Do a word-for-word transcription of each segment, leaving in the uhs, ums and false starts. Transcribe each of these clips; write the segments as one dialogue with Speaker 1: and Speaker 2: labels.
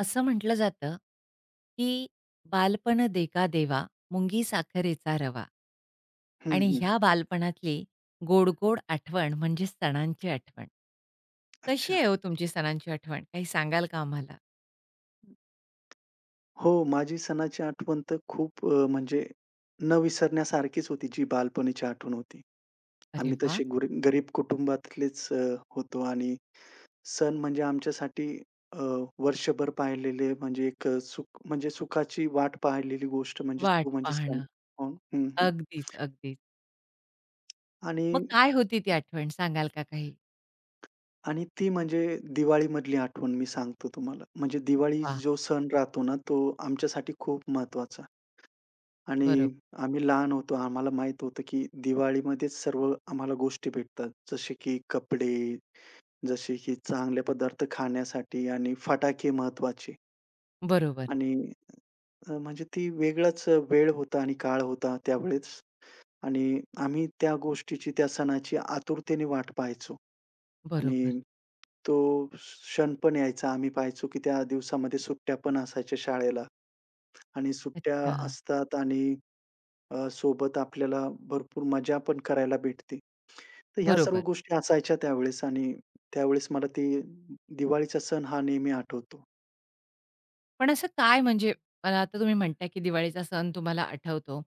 Speaker 1: असं म्हटलं जातं, की "बालपण देका देवा, मुंगी साखरेचा रवा"
Speaker 2: हं,
Speaker 1: आणि
Speaker 2: हं.
Speaker 1: ह्या बालपणातली गोड-गोड आठवण म्हणजे सणांची आठवण. कशी
Speaker 2: अच्छा.
Speaker 1: आहे हो तुमची सणांची आठवण? काही सांगाल का आम्हाला?
Speaker 2: हो, माझी सणाची आठवण तर खूप अ, म्हणजे न विसरण्यासारखीच होती, जी बालपणीची आठवण होती.
Speaker 1: अरे
Speaker 2: आम्ही
Speaker 1: वा,
Speaker 2: तसे गुरी गरीब कुटुंबातलेच अ, होतो आणि सण म्हणजे आमच्यासाठी अ, वर्षभर पाहिलेले म्हणजे एक अ, सुख म्हणजे सुखाची वाट पाहिलेली गोष्ट म्हणजे
Speaker 1: वाट
Speaker 2: तो म्हणजे सण.
Speaker 1: पाहणं.
Speaker 2: हो. हं, हं.
Speaker 1: अगदीच, अगदीच.
Speaker 2: आणि
Speaker 1: मग काय होती ती आठवण सांगाल का काही?
Speaker 2: आणि ती म्हणजे दिवाळीमधली आठवण मी सांगतो तुम्हाला. म्हणजे दिवाळी
Speaker 1: वाह!
Speaker 2: जो सण राहतो ना, तो आमच्यासाठी खूप महत्त्वाचा. आणि
Speaker 1: बरोबर,
Speaker 2: आम्ही लहान होतो. आम्हाला माहीत होतं, की दिवाळीमध्येच सर्व आम्हाला गोष्टी भेटतात. जसे की कपडे, जसे की चांगले पदार्थ खाण्यासाठी आणि फटाके महत्त्वाचे.
Speaker 1: बरोबर,
Speaker 2: आणि अ, म्हणजे ती वेगळाच वेळ होता आणि काळ होता त्यावेळेस आणि आम्ही त्या गोष्टीची, त्या सणाची आतुरतेने वाट पाहायचो
Speaker 1: बरोबर.
Speaker 2: आणि तो क्षण पण यायचा. आम्ही पाहायचो, की त्या दिवसामध्ये सुट्ट्या पण असायच्या शाळेला आणि सुट्ट्या
Speaker 1: अच्छा.
Speaker 2: असतात आणि अ, सोबत आपल्याला भरपूर मजा पण करायला भेटते. तर ह्या सर्व
Speaker 1: बरोबर.
Speaker 2: गोष्टी असायच्या त्यावेळेस आणि त्यावेळेस मला ते दिवाळीचा सण हा नेहमी आठवतो.
Speaker 1: पण असं काय म्हणजे मला आता तुम्ही म्हणताय, की दिवाळीचा सण तुम्हाला आठवतो.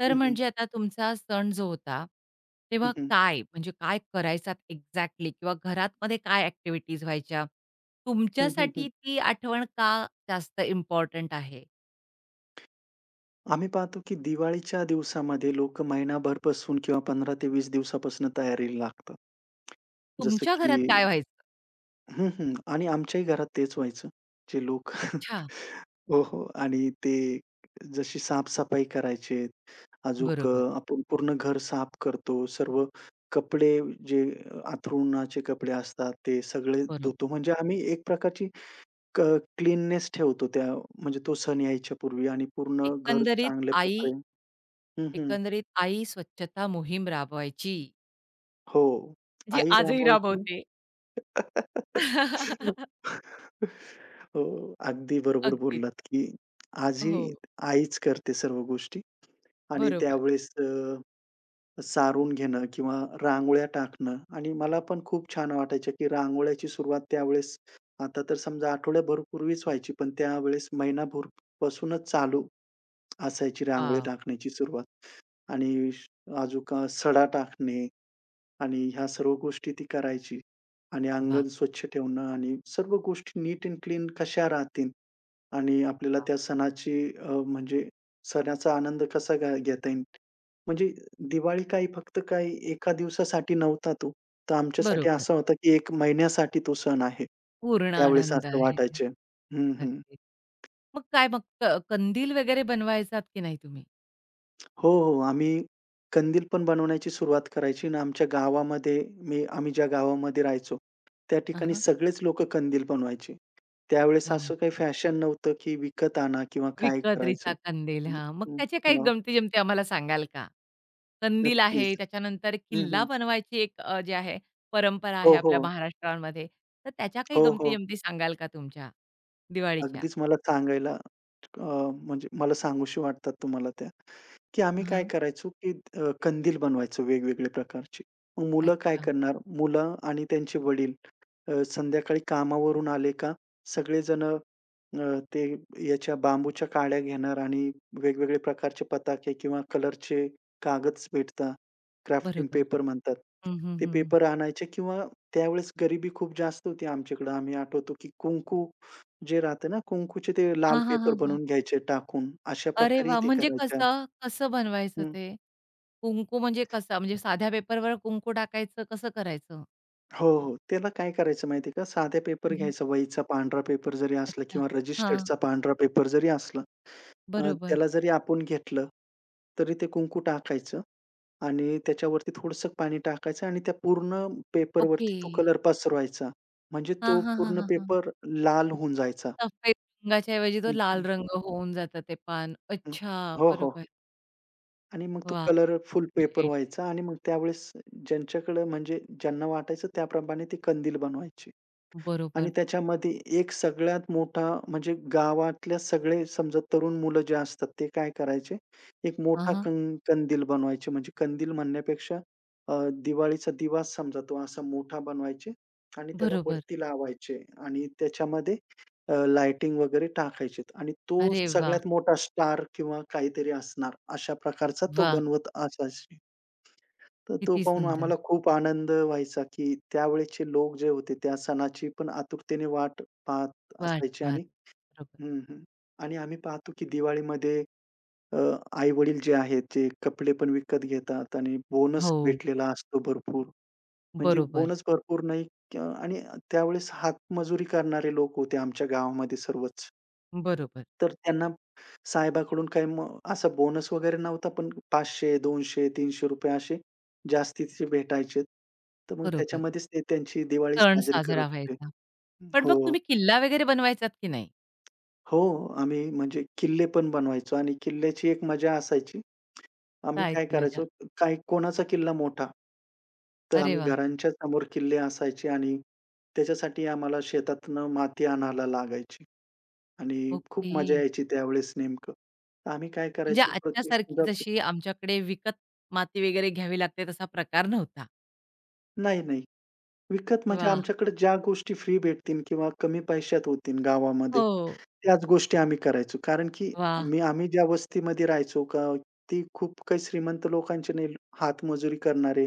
Speaker 1: तर
Speaker 2: हं, हं.
Speaker 1: म्हणजे आता तुमचा सण जो होता,
Speaker 2: हं,
Speaker 1: तेव्हा
Speaker 2: हं.
Speaker 1: काय म्हणजे काय करायचात एक्झॅक्टली किंवा घरामध्ये काय ॲक्टिव्हिटीज व्हायच्या?
Speaker 2: हं, हं, हं.
Speaker 1: तुमच्यासाठी ती आठवण का जास्त इम्पॉर्टंट आहे?
Speaker 2: आम्ही पाहतो की दिवाळीच्या दिवसामध्ये लोकं महिनाभरपासून किंवा पंधरा ते वीस दिवसापासून तयारीला लागतात. जसं
Speaker 1: तुमच्या
Speaker 2: की
Speaker 1: घरात काय व्हायचं?
Speaker 2: हं, हं. आणि आमच्याही घरात तेच व्हायचं. जे लोक
Speaker 1: अच्छा.
Speaker 2: हो, हो. आणि ते जशी साफ-सफाई करायचे, अजूक अ,
Speaker 1: बरोबर,
Speaker 2: आपण पूर्ण घर साफ करतो. सर्व कपडे जे अ, अंथरुणाचे कपडे असतात, ते सगळे
Speaker 1: बरोबर.
Speaker 2: धुतो. म्हणजे आम्ही एक प्रकारची क क्लीननेस ठेवतो त्या म्हणजे तो सण यायच्या पूर्वी आणि पूर्ण घर
Speaker 1: एकंदरीत
Speaker 2: चांगल्या
Speaker 1: आई
Speaker 2: प्रकारे हं, हं.
Speaker 1: एकंदरीत आई स्वच्छता मोहीम राबवायची.
Speaker 2: हो.
Speaker 1: जी
Speaker 2: आई
Speaker 1: आजही
Speaker 2: राबवायची.
Speaker 1: राबवते.
Speaker 2: हो, अगदी बरोबर
Speaker 1: अगदीच.
Speaker 2: बोललात, की आजी
Speaker 1: हो.
Speaker 2: आईच करते सर्व गोष्टी आणि
Speaker 1: बरोबर.
Speaker 2: त्यावेळेस अ, सारून घेणं किंवा रांगोळ्या टाकणं आणि मला पण खूप छान वाटायचं, की रांगोळ्याची सुरुवात त्यावेळेस आता तर समजा आठवड्याभर पूर्वीच व्हायची, पण त्यावेळेस महिनाभर पासूनच चालू असायची रांगोळी
Speaker 1: वाह!
Speaker 2: टाकण्याची सुरुवात. आणि अजून सडा टाकणे आणि ह्या सर्व गोष्टी ती करायची. आणि
Speaker 1: वाह!
Speaker 2: अंगण स्वच्छ ठेवणं आणि सर्व गोष्टी नीट अँड क्लीन कशा राहतील आणि आपल्याला
Speaker 1: वाह!
Speaker 2: त्या सणाची, अ, म्हणजे सणाचा आनंद कसा घ्या घेता येईल. म्हणजे दिवाळी काही फक्त काही एका दिवसासाठी नव्हता तो. तर आमच्यासाठी
Speaker 1: बरोबर.
Speaker 2: असा होता, की एक महिन्यासाठी तो सण आहे.
Speaker 1: पूर्ण
Speaker 2: त्यावेळेस
Speaker 1: आनंद
Speaker 2: असं
Speaker 1: आहे.
Speaker 2: वाटायचं. हं, हं.
Speaker 1: अगदी. मग काय मग क कंदील वगैरे बनवायचात की नाही तुम्ही?
Speaker 2: हो, हो. आम्ही कंदील पण बनवण्याची सुरुवात करायची आणि आमच्या गावामध्ये मी आम्ही ज्या गावामध्ये राहायचो, त्या
Speaker 1: आ
Speaker 2: ठिकाणी
Speaker 1: हां.
Speaker 2: सगळेच लोकं कंदील बनवायचे. त्यावेळेस
Speaker 1: वाह!
Speaker 2: असं काही फॅशन नव्हतं, की विकत आणा किंवा काय करायचं.
Speaker 1: विकत्रीचा कंदील.
Speaker 2: हं,
Speaker 1: हां. मग
Speaker 2: हं.
Speaker 1: त्याचे काही
Speaker 2: हां,
Speaker 1: गमती-जमती आम्हाला सांगाल का? कंदील
Speaker 2: नक्कीच.
Speaker 1: आहे, त्याच्यानंतर
Speaker 2: हं,
Speaker 1: किल्ला
Speaker 2: हं.
Speaker 1: बनवायची एक अ, जी आहे परंपरा
Speaker 2: हो,
Speaker 1: आहे आपल्या
Speaker 2: हो.
Speaker 1: महाराष्ट्रामध्ये. तर त्याच्या काही
Speaker 2: हो, हो.
Speaker 1: गमती-जमती सांगाल का तुमच्या दिवाळीच्या?
Speaker 2: अगदीच मला सांगायला अ, म्हणजे मला सांगूशी वाटतात तुम्हाला त्या, की आम्ही काय
Speaker 1: हां.
Speaker 2: करायचो, की अ, कंदील बनवायचो वेगवेगळ्या प्रकारचे. मग मुलं काय
Speaker 1: अच्छा.
Speaker 2: करणार, मुलं आणि त्यांचे वडील अ, संध्याकाळी कामावरून आले का सगळेजण अ, ते याच्या बांबूच्या काड्या घेणार आणि वेगवेगळे प्रकारचे पताके किंवा कलरचे कागद भेटतात, क्राफ्टिंग
Speaker 1: बरोबर.
Speaker 2: पेपर म्हणतात.
Speaker 1: हं, हं,
Speaker 2: ते
Speaker 1: हं.
Speaker 2: पेपर आणायचे किंवा त्यावेळेस गरिबी खूप जास्त होती आमच्याकडे. आम्ही आठवतो, की कुंकू जे राहतं ना कुंकूचे ते लाल
Speaker 1: हां, हां,
Speaker 2: पेपर
Speaker 1: हां, हां.
Speaker 2: बनवून घ्यायचे टाकून, अशा
Speaker 1: अरे
Speaker 2: प्रकारे
Speaker 1: वा
Speaker 2: ते
Speaker 1: म्हणजे
Speaker 2: करायच्या.
Speaker 1: कसं? कसं बनवायचं
Speaker 2: हं.
Speaker 1: ते? कुंकू म्हणजे कसा? म्हणजे साध्या पेपरवर कुंकू टाकायचं, कसं करायचं?
Speaker 2: हो, हो. त्याला काय करायचं माहिती आहे का? साधा पेपर
Speaker 1: हं, हं.
Speaker 2: घ्यायचा वहीचा पांढरा पेपर जरी असला
Speaker 1: अच्छा.
Speaker 2: किंवा
Speaker 1: हां,
Speaker 2: रजिस्टर्डचा पांढरा पेपर जरी असला, अ,
Speaker 1: बरोबर.
Speaker 2: त्याला जरी आपण घेतलं, तरी ते कुंकू टाकायचं आणि त्याच्यावरती थोडंसं पाणी टाकायचं आणि त्या पूर्ण
Speaker 1: ओके.
Speaker 2: पेपरवरती तो कलर पसरवायचा. म्हणजे
Speaker 1: हां,
Speaker 2: तो
Speaker 1: हां, हां,
Speaker 2: पूर्ण
Speaker 1: हां, हां.
Speaker 2: पेपर लाल होऊन जायचा.
Speaker 1: सफेद रंगाच्या ऐवजी
Speaker 2: हं,
Speaker 1: तो लाल
Speaker 2: हं,
Speaker 1: रंग होऊन जातं ते पान.
Speaker 2: हं.
Speaker 1: अच्छा,
Speaker 2: हो, हो.
Speaker 1: बरोबर.
Speaker 2: आणि मग तो
Speaker 1: वाह!
Speaker 2: कलरफुल
Speaker 1: चांगली
Speaker 2: पेपर
Speaker 1: आयडिया.
Speaker 2: व्हायचा आणि मग त्यावेळेस ज्यांच्याकडे म्हणजे ज्यांना वाटायचं त्याप्रमाणे ते कंदील बनवायचे. आणि
Speaker 1: बरोबर.
Speaker 2: त्याच्यामध्ये एक सगळ्यात मोठा म्हणजे गावातल्या सगळे समजा तरुण मुलं जे असतात ते काय करायचे, एक
Speaker 1: हां,
Speaker 2: मोठा
Speaker 1: हां.
Speaker 2: कं कंदील बनवायचे. म्हणजे कंदील म्हणण्यापेक्षा अ, दिवाळीचा दिवा समजा तो असा मोठा बनवायचे आणि त्याला
Speaker 1: बरोबर.
Speaker 2: वरती लावायचे आणि त्याच्यामध्ये अ, लाइटिंग वगैरे टाकायचे आणि तो
Speaker 1: अरे वाह!
Speaker 2: सगळ्यात मोठा स्टार किंवा काहीतरी असणार, अशा प्रकारचा तो
Speaker 1: वाह!
Speaker 2: बनवत असायचा. तर तो
Speaker 1: किती
Speaker 2: पाहून
Speaker 1: सुंदर.
Speaker 2: आम्हाला खूप आनंद व्हायचा, की त्यावेळेचे लोक जे होते, त्या सणाची पण आतुरतेने वाट पाहत
Speaker 1: वाट
Speaker 2: असायचे आणि
Speaker 1: पाहत. बरोबर.
Speaker 2: हं, हं. आणि आम्ही पाहतो, की दिवाळीमध्ये अ, आई-वडील जे आहेत, ते कपडे पण विकत घेतात आणि बोनस
Speaker 1: हो,
Speaker 2: भेटलेला असतो भरपूर. म्हणजे
Speaker 1: बरोबर,
Speaker 2: बोनस भरपूर नाही, अ, आणि त्यावेळेस हातमजुरी करणारे लोक होते आमच्या गावामध्ये सर्वच.
Speaker 1: बरोबर,
Speaker 2: तर त्यांना साहेबाकडून काही मग असा बोनस वगैरे नव्हता, पण पाचशे, दोनशे, तीनशे असे जास्तीचे भेटायचे. तर मग
Speaker 1: बरोबर.
Speaker 2: त्याच्यामध्येच ते त्यांची दिवाळी
Speaker 1: सण
Speaker 2: साजरी करत
Speaker 1: साजरा
Speaker 2: होते.
Speaker 1: व्हायचा. पण मग
Speaker 2: हो,
Speaker 1: तुम्ही किल्ला वगैरे बनवायचात की नाही?
Speaker 2: हो. आम्ही म्हणजे किल्ले पण बनवायचो आणि किल्ल्याची एक मजा असायची. आम्ही
Speaker 1: काय
Speaker 2: काय
Speaker 1: ती
Speaker 2: करायचो,
Speaker 1: मजा?
Speaker 2: काय कोणाचा किल्ला मोठा, तर
Speaker 1: अरे
Speaker 2: आम्ही
Speaker 1: वाह!
Speaker 2: घरांच्या समोर किल्ले असायचे आणि त्याच्यासाठी आम्हाला शेतातनं माती आणायला लागायची आणि
Speaker 1: ओके.
Speaker 2: खूप मजा यायची त्यावेळेस नेमकं. तर आम्ही काय
Speaker 1: म्हणजे
Speaker 2: करायचो, प्रत्येक
Speaker 1: आजच्यासारखी
Speaker 2: समजा
Speaker 1: जशी आमच्याकडे विकत माती वगैरे घ्यावी लागते तसा प्रकार नव्हता.
Speaker 2: नाही, नाही. विकत म्हणजे
Speaker 1: वाह!
Speaker 2: आमच्याकडे ज्या गोष्टी फ्री भेटतील किंवा कमी पैशात होतील गावामध्ये,
Speaker 1: हो.
Speaker 2: त्याच गोष्टी आम्ही करायचो. कारण की
Speaker 1: वाह!
Speaker 2: मी आम्ही ज्या वस्तीमध्ये राहायचो का ती खूप काही श्रीमंत लोकांचे नाही, हातमजुरी करणारे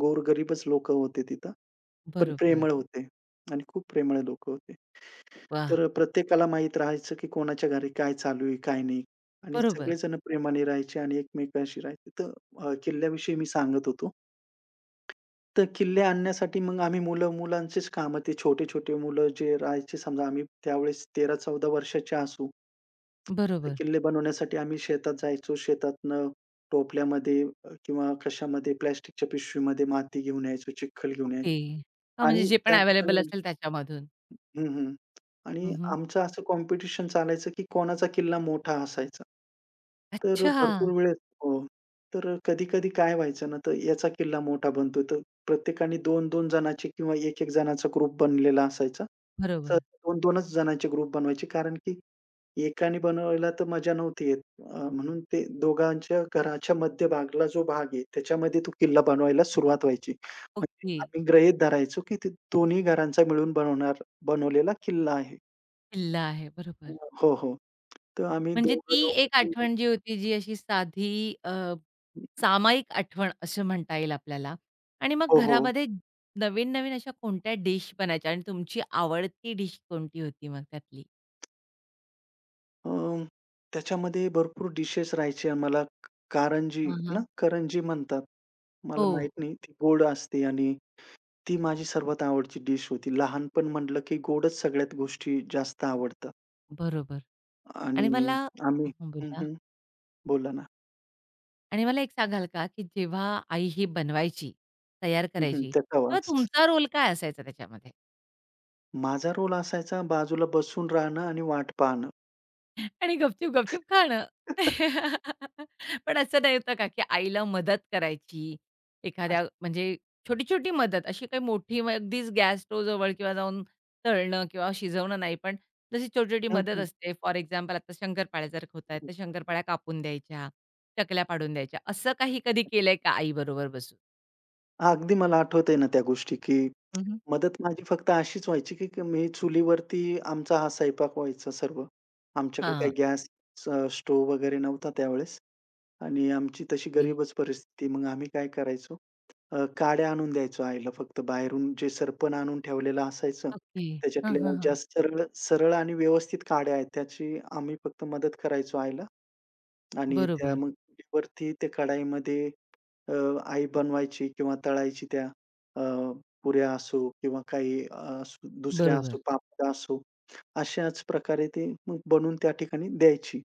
Speaker 2: गोरगरीबच लोकं होते तिथं. पण
Speaker 1: बरोबर.
Speaker 2: प्रेमळ होते आणि खूप प्रेमळ लोकं होते.
Speaker 1: वाह!
Speaker 2: तर प्रत्येकाला माहीत राहायचं की कोणाच्या घरी काय चालू आहे, काय नाही आणि
Speaker 1: बरोबर,
Speaker 2: सगळेजण प्रेमाने राहायचे आणि एकमेकांशी राहायचे. तर अ, किल्ल्याविषयी मी सांगत होतो. तर किल्ले आणण्यासाठी मग आम्ही मुलं-मुलांचीच कामं, ते छोटे-छोटे मुलं जे राहायचे समजा आम्ही त्यावेळेस तेरा चौदा वर्षाचे असू. तर
Speaker 1: बरोबर.
Speaker 2: किल्ले बनवण्यासाठी आम्ही शेतात जायचो. शेतातनं टोपल्यामध्ये अ, किंवा कशामध्ये प्लास्टिकच्या पिशवीमध्ये माती घेऊन यायचो, चिखल घेऊन
Speaker 1: ओके.
Speaker 2: यायचो
Speaker 1: हां, म्हणजे
Speaker 2: आणि
Speaker 1: जे पण
Speaker 2: त्या
Speaker 1: अवेलेबल
Speaker 2: ठिकाणी
Speaker 1: असेल त्याच्यामधून.
Speaker 2: हं, हं. आणि
Speaker 1: हं, हं.
Speaker 2: आमचं असं कॉम्पिटिशन चालायचं, की कोणाचा किल्ला मोठा असायचा. तर अ,
Speaker 1: अच्छा.
Speaker 2: भरपूर वेळेस हो. तर कधी-कधी काय व्हायचं ना, तर याचा किल्ला मोठा बनतो. तर प्रत्येकाने दोन दोन जणाचे किंवा एक एक जणाचा ग्रुप बनलेला असायचा. तर
Speaker 1: बरोबर.
Speaker 2: दोन-2च जणांचे ग्रुप बनवायचे कारण की एकाने बनवायला तर मजा नव्हती येत. अ, म्हणून ते दोघांच्या घराच्या मध्यभागला जो भाग आहे, त्याच्यामध्ये तो किल्ला बनवायला सुरुवात व्हायची. म्हणजे
Speaker 1: ओके.
Speaker 2: आम्ही गृहीत धरायचो, की ते दोन्ही घरांचा मिळून बनवणार बनवलेला किल्ला आहे.
Speaker 1: किल्ला आहे. बरोबर.
Speaker 2: हो, हो. तर आम्ही
Speaker 1: म्हणजे
Speaker 2: दोघं,
Speaker 1: ती
Speaker 2: दोघं,
Speaker 1: एक
Speaker 2: दोघं
Speaker 1: आठवण जी होती जी अशी साधी अ सामायिक आठवण असं म्हणता येईल आपल्याला आणि मग
Speaker 2: हो, हो.
Speaker 1: घरामध्ये नवीन-नवीन अशा कोणत्या डिश बनायच्या आणि तुमची आवडती डिश कोणती होती मग त्यातली?
Speaker 2: अ, त्याच्यामध्ये भरपूर डिशेस राहायचे आम्हाला कारंजी
Speaker 1: हां,
Speaker 2: ना,
Speaker 1: हां.
Speaker 2: करंजी म्हणतात. मला
Speaker 1: हो,
Speaker 2: माहीत नाही ती गोड असते आणि ती माझी सर्वात आवडची डिश होती. लहानपण म्हटलं की गोडच सगळ्यात गोष्टी जास्त आवडतात.
Speaker 1: बरोबर.
Speaker 2: आणि
Speaker 1: आणि मला
Speaker 2: आम्ही
Speaker 1: हं,
Speaker 2: हं,
Speaker 1: बोला.
Speaker 2: हं. बोला ना.
Speaker 1: आणि मला एक सांगाल का, की जेव्हा आई ही बनवायची, तयार
Speaker 2: हं, हं.
Speaker 1: करायची,
Speaker 2: त्याचा
Speaker 1: तेव्हा
Speaker 2: वास.
Speaker 1: तुमचा रोल काय असायचा त्याच्यामध्ये?
Speaker 2: माझा रोल असायचा बाजूला बसून राहणं आणि वाट पाहणं.
Speaker 1: आणि गपचूप, गपचूप खाणं. पण असं नाही होतं का, की आईला मदत करायची एखाद्या म्हणजे छोटी-छोटी मदत अशी काही मोठी मग अगदीच गॅस स्टोव्ह जवळ किंवा जाऊन तळणं किंवा शिजवणं नाही, पण जशी छोटी-छोटी
Speaker 2: हं,
Speaker 1: मदत
Speaker 2: हं.
Speaker 1: असते. फॉर एक्झाम्पल आता शंकरपाळ्या जर होत आहेत, तर शंकरपाळ्या कापून द्यायच्या, चकल्या पाडून द्यायच्या. असं काही कधी केलंय का आईबरोबर बसून?
Speaker 2: अगदी मला आठवतंय ना त्या गोष्टी की
Speaker 1: हं, हं.
Speaker 2: मदत माझी फक्त अशीच व्हायची, की की मी चुलीवरती आमचा हा स्वयंपाक व्हायचा सर्व. आमच्याकडे काही गॅस, अ, स्टोव्ह वगैरे नव्हता त्यावेळेस आणि आमची तशी
Speaker 1: ओके.
Speaker 2: गरीबच परिस्थिती. मग आम्ही काय करायचो, अ, काड्या आणून द्यायचो आईला फक्त बाहेरून जे सरपण आणून ठेवलेलं असायचं.
Speaker 1: ओके. हां,
Speaker 2: त्याच्यातल्या
Speaker 1: हां,
Speaker 2: ज्या
Speaker 1: हां.
Speaker 2: सरळ सरळ आणि व्यवस्थित काड्या आहेत त्याची आम्ही फक्त मदत करायचो आईला. आणि त्या
Speaker 1: बरोबर,
Speaker 2: मग चुलीवरती त्या कढाईमध्ये अ, आई बनवायची किंवा तळायची त्या अ, पुऱ्या असो किंवा काही अ, असो दुसऱ्या
Speaker 1: बरोबर,
Speaker 2: असो, पापड असो, अशाच प्रकारे ते मग बनवून त्या ठिकाणी द्यायची.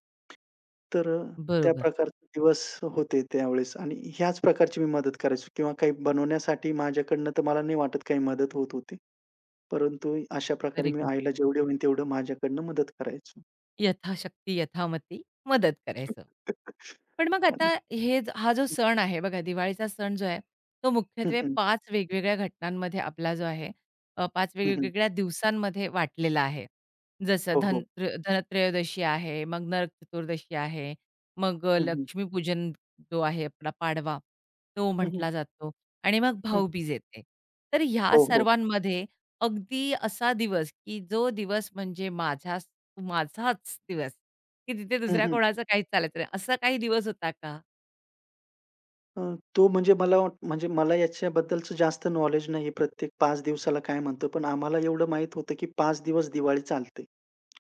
Speaker 2: तर अ, त्या
Speaker 1: बरोबर.
Speaker 2: प्रकारचे दिवस होते त्यावेळेस आणि ह्याच प्रकारची मी मदत करायचो किंवा काही बनवण्यासाठी माझ्याकडनं तर मला नाही वाटत काही मदत होत होती. परंतु अशा प्रकारे
Speaker 1: व्हेरी
Speaker 2: मी आईला जेवढे होईल तेवढं माझ्याकडनं मदत करायचो.
Speaker 1: यथाशक्ती, यथामती मदत करायचं. पण मग आता
Speaker 2: आणि
Speaker 1: हे ज- हा जो सण आहे बघा, दिवाळीचा सण जो आहे, तो
Speaker 2: हं,
Speaker 1: मुख्यत्वे
Speaker 2: हं.
Speaker 1: पाच वेगवेगळ्या घटनांमध्ये आपला जो आहे अ, पाच
Speaker 2: हं,
Speaker 1: वेगवेगळ्या दिवसांमध्ये वाटलेला आहे. जसं
Speaker 2: हो, हो.
Speaker 1: धन त्र धनत्रयोदशी आहे, मग नरक चतुर्दशी आहे, मग अ,
Speaker 2: हं, हं.
Speaker 1: लक्ष्मीपूजन जो आहे आपला पाडवा, तो
Speaker 2: हं, हं.
Speaker 1: म्हटला जातो आणि मग
Speaker 2: हं.
Speaker 1: भाऊबीज येते. तर ह्या
Speaker 2: हो, हो.
Speaker 1: सर्वांमध्ये अगदी असा दिवस, की जो दिवस म्हणजे माझ्या माझाच दिवस, की तिथे
Speaker 2: हं,
Speaker 1: दुसऱ्या
Speaker 2: हं.
Speaker 1: कोणाचं काहीच चालायचं नाही. असा काही दिवस होता का?
Speaker 2: अ, तो म्हणजे मला वाट म्हणजे मला याच्याबद्दलचं जास्त नॉलेज नाहीये प्रत्येक पाच दिवसाला काय म्हणतो. पण आम्हाला एवढं माहीत होतं, की पाच दिवस दिवाळी चालते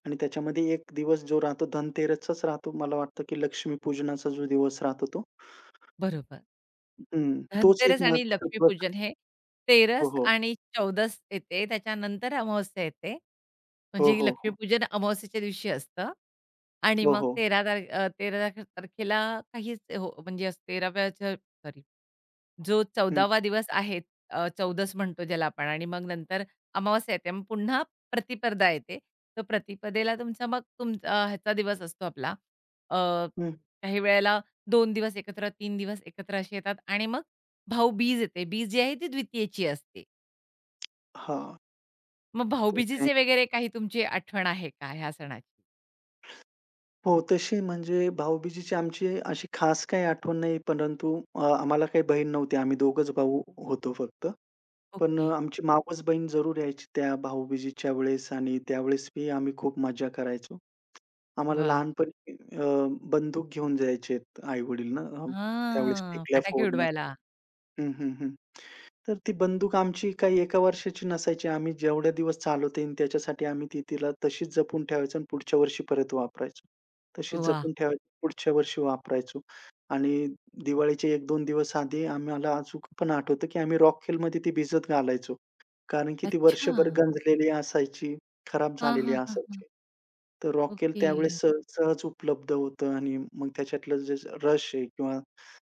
Speaker 2: आणि त्याच्यामध्ये एक दिवस जो राहतो धनतेरसचाच राहतो. मला वाटतं, की लक्ष्मीपूजनाचा जो दिवस राहतो तो.
Speaker 1: बरोबर.
Speaker 2: हं. तोच एक
Speaker 1: धनतेरस आणि
Speaker 2: महत्त्वाचा दिवस.
Speaker 1: लक्ष्मीपूजन हे
Speaker 2: हो,
Speaker 1: तेरास
Speaker 2: हो.
Speaker 1: आणि चौदास येते. त्याच्यानंतर अमावस्या येते.
Speaker 2: हो,
Speaker 1: म्हणजे की
Speaker 2: हो, हो.
Speaker 1: लक्ष्मीपूजन अमावस्येच्या दिवशी असतं आणि
Speaker 2: हो,
Speaker 1: मग
Speaker 2: हो.
Speaker 1: तेरा तार अ, तेरा तारखेला काहीच हो म्हणजे 13व्या सॉरी जो
Speaker 2: हं,
Speaker 1: चौदावा दिवस आहे अ, चौदस म्हणतो ज्याला आपण आणि मग नंतर अमावास्या येते. मग पुन्हा प्रतिपदा येते. तर प्रतिपदेला तुमचा मग तुमचा अ, ह्याचा दिवस असतो आपला अ,
Speaker 2: हं.
Speaker 1: काही वेळेला दोन दिवस एकत्र, तीन दिवस एकत्र असे येतात आणि मग भाऊबीज येते. बीज जी आहे ती द्वितीयेची असते.
Speaker 2: हां.
Speaker 1: मग
Speaker 2: तर थँक
Speaker 1: भाऊबीजेचे वगैरे काही तुमची आठवण आहे का ह्या सणाची?
Speaker 2: हो, तशी म्हणजे भाऊ-बीजेची आमची अशी खास काही आठवण नाही, परंतु अ, आम्हाला काही बहीण नव्हती. आम्ही दोघंच भाऊ होतो फक्त. पण
Speaker 1: ओके.
Speaker 2: अ, आमची मावस बहीण जरूर यायची त्या भाऊ-बीजेच्या वेळेस आणि त्यावेळेसही आम्ही खूप मजा करायचो. आम्हाला
Speaker 1: वाह!
Speaker 2: लहानपणी अ, बंदूक घेऊन जायचे आई-वडील ना, अ, त्यावेळेस
Speaker 1: हां,
Speaker 2: टिकल्या
Speaker 1: फटाके
Speaker 2: फोडण्यास.
Speaker 1: उडवायला.
Speaker 2: हं, हं, हं. तर ती बंदूक आमची काही एका वर्षाची नसायची. आम्ही जेवढे दिवस चालवता येईल त्याच्यासाठी आम्ही ती तिला तशीच जपून ठेवायचो आणि पुढच्या वर्षी परत वापरायचो. तशीच
Speaker 1: वाह!
Speaker 2: जपून ठेवायचो, पुढच्या वर्षी वापरायचो. आणि दिवाळीच्या एक दोन दिवस आधी आम्हाला अचूक पण आठवतं, की आम्ही रॉकेलमध्ये ती भिजत घालायचो. कारण की ती
Speaker 1: अच्छा.
Speaker 2: वर्षभर गंजलेली असायची, खराब
Speaker 1: हां,
Speaker 2: झालेली
Speaker 1: हां, हां, हां.
Speaker 2: असायची. तर रॉकेल
Speaker 1: ओके.
Speaker 2: त्यावेळेस सहज सहज उपलब्ध होतं आणि मग त्याच्यातलं जे रश आहे किंवा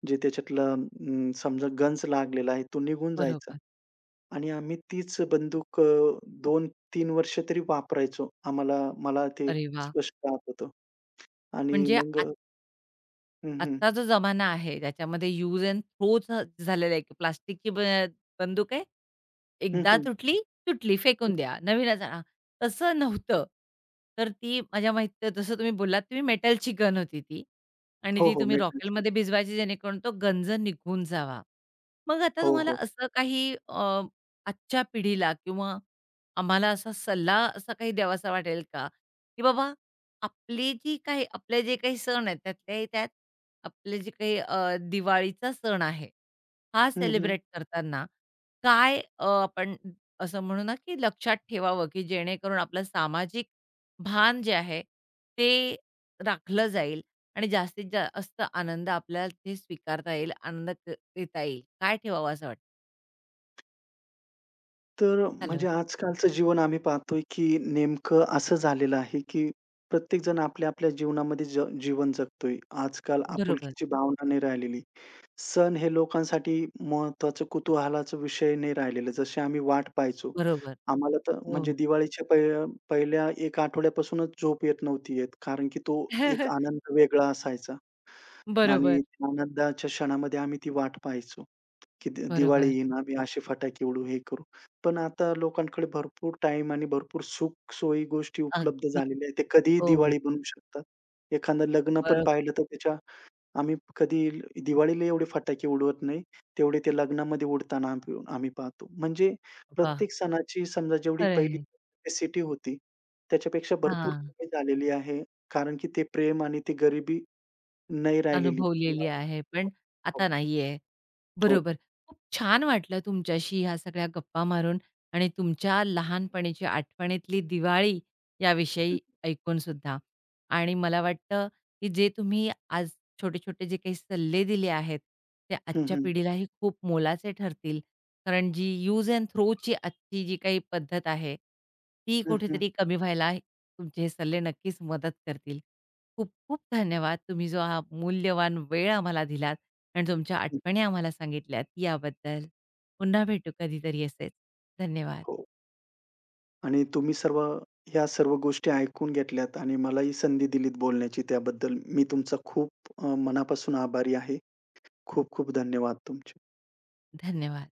Speaker 2: जे त्याच्यातला अं, समजा गंज लागलेला आहे तो निघून जायचा
Speaker 1: बरोबर.
Speaker 2: आणि आम्ही तीच बंदूक अ, दोन तीन वर्ष तरी वापरायचो. आम्हाला मला ते
Speaker 1: अरे वाह!
Speaker 2: स्पष्ट आठवतं आणि
Speaker 1: म्हणजे
Speaker 2: मग
Speaker 1: आत
Speaker 2: हं, हं.
Speaker 1: आत्ता जो जमाना आहे त्याच्यामध्ये यूज एंड थ्रोच झालेला आहे, की प्लास्टिकची ब बंदूक आहे.
Speaker 2: हं,
Speaker 1: एकदा
Speaker 2: हं.
Speaker 1: तुटली, तुटली फेकून द्या. नवीनच आणा. तसं नव्हतं. तर ती माझ्या माहित जसं तुम्ही बोललात तुम्ही मेटलची गन होती ती आणि
Speaker 2: हो,
Speaker 1: ती
Speaker 2: हो.
Speaker 1: तुम्ही
Speaker 2: मेटलची.
Speaker 1: रॉकेलमध्ये भिजवायची जेणेकरून तो गंज निघून जावा. मग आता
Speaker 2: हो,
Speaker 1: तुम्हाला
Speaker 2: हो.
Speaker 1: असं काही अ, आजच्या पिढीला किंवा आम्हाला असा सल्ला असा काही द्यावासा वाटेल का? की बाबा आपली जी काही आपले जे काही सण आहेत त्यातल्याही त्यात आपले जे काही अ, दिवाळीचा सण आहे, हा
Speaker 2: हं, हं.
Speaker 1: सेलिब्रेट करताना काय अ, आपण असं म्हणू ना की लक्षात ठेवावं की जेणेकरून आपलं सामाजिक भान जे आहे ते राखलं जाईल आणि जास्तीत जास्त आनंद आपल्याला ते स्वीकारता येईल, आनंद देता येईल. काय ठेवावं असं वाटतं?
Speaker 2: तर म्हणजे
Speaker 1: हॅलो.
Speaker 2: आजकालचं जीवन आम्ही पाहतोय, की नेमकं असं झालेलं आहे, की प्रत्येकजण आपल्या-आपल्या जीवनामध्ये ज जीवन जगतोय. आजकाल
Speaker 1: बरोबर,
Speaker 2: आपुलकीची भावना नाही राहिलेली. सण हे लोकांसाठी महत्त्वाचं कुतूहलाचा विषय नाही राहिलेलं. जसे आम्ही वाट पाहायचो.
Speaker 1: बरोबर.
Speaker 2: आम्हाला तर
Speaker 1: हो.
Speaker 2: म्हणजे दिवाळीच्या पहि पहिल्या एक आठवड्यापासूनच झोप येत नव्हती येत. कारण की तो एक आनंद वेगळा असायचा आणि
Speaker 1: बरोबर,
Speaker 2: त्या आनंदाच्या क्षणामध्ये आम्ही ती वाट पाहायचो, की दि दिवाळी
Speaker 1: बरोबर.
Speaker 2: येईन, आम्ही असे फटाके उडवू, हे करू. पण आता लोकांकडे भरपूर टाईम आणि भरपूर सुख-सोयी गोष्टी उपलब्ध
Speaker 1: अगदी.
Speaker 2: झालेल्या आहेत. ते कधीही
Speaker 1: हो.
Speaker 2: दिवाळी बनवू शकतात. एखादं लग्न पण
Speaker 1: बरोबर.
Speaker 2: पाहिलं तर त्याच्या आम्ही कधी ल- दिवाळीला एवढे फटाके उडवत नाही. तेवढे ते लग्नामध्ये उडताना आम्ही आम्ही पाहतो. म्हणजे
Speaker 1: वाह!
Speaker 2: प्रत्येक सणाची समजा जेवढी
Speaker 1: खरं
Speaker 2: पहिली
Speaker 1: आहे.
Speaker 2: कॅपॅसिटी होती, त्याच्यापेक्षा भरपूर
Speaker 1: हां.
Speaker 2: कमी झालेली आहे. कारण की ते प्रेम आणि ती गरिबी नाही राहिलेली
Speaker 1: अनुभवलेली
Speaker 2: किंवा
Speaker 1: आहे, पण
Speaker 2: हो,
Speaker 1: आता नाहीये.
Speaker 2: हो.
Speaker 1: बरोबर. खूप छान वाटलं तुमच्याशी ह्या सगळ्या गप्पा मारून आणि तुमच्या लहानपणीची आठवणीतली दिवाळी याविषयी ऐकून सुद्धा. आणि मला वाटतं, की जे तुम्ही आज छोटे-छोटे जे काही सल्ले दिले आहेत, ते
Speaker 2: हं,
Speaker 1: आजच्या
Speaker 2: हं,
Speaker 1: पिढीलाही खूप मोलाचे ठरतील. कारण जी यूज एंड थ्रोची आजची जी काही पद्धत आहे, ती
Speaker 2: हं, हं,
Speaker 1: कुठेतरी कमी व्हायला तुमचे हे सल्ले नक्कीच मदत करतील. खूप-खूप धन्यवाद. तुम्ही जो हा मूल्यवान वेळ आम्हाला दिलात आणि तुमच्या
Speaker 2: हं.
Speaker 1: आठवणी आम्हाला सांगितल्यात याबद्दल. पुन्हा भेटू कधीतरी असेच. धन्यवाद,
Speaker 2: हो. आणि तुम्ही सर्व ह्या सर्व गोष्टी ऐकून घेतल्यात आणि मलाही संधी दिलीत बोलण्याची त्याबद्दल मी तुमचा खूप अ, मनापासून आभारी आहे. खूप खूप धन्यवाद तुमचे.
Speaker 1: धन्यवाद.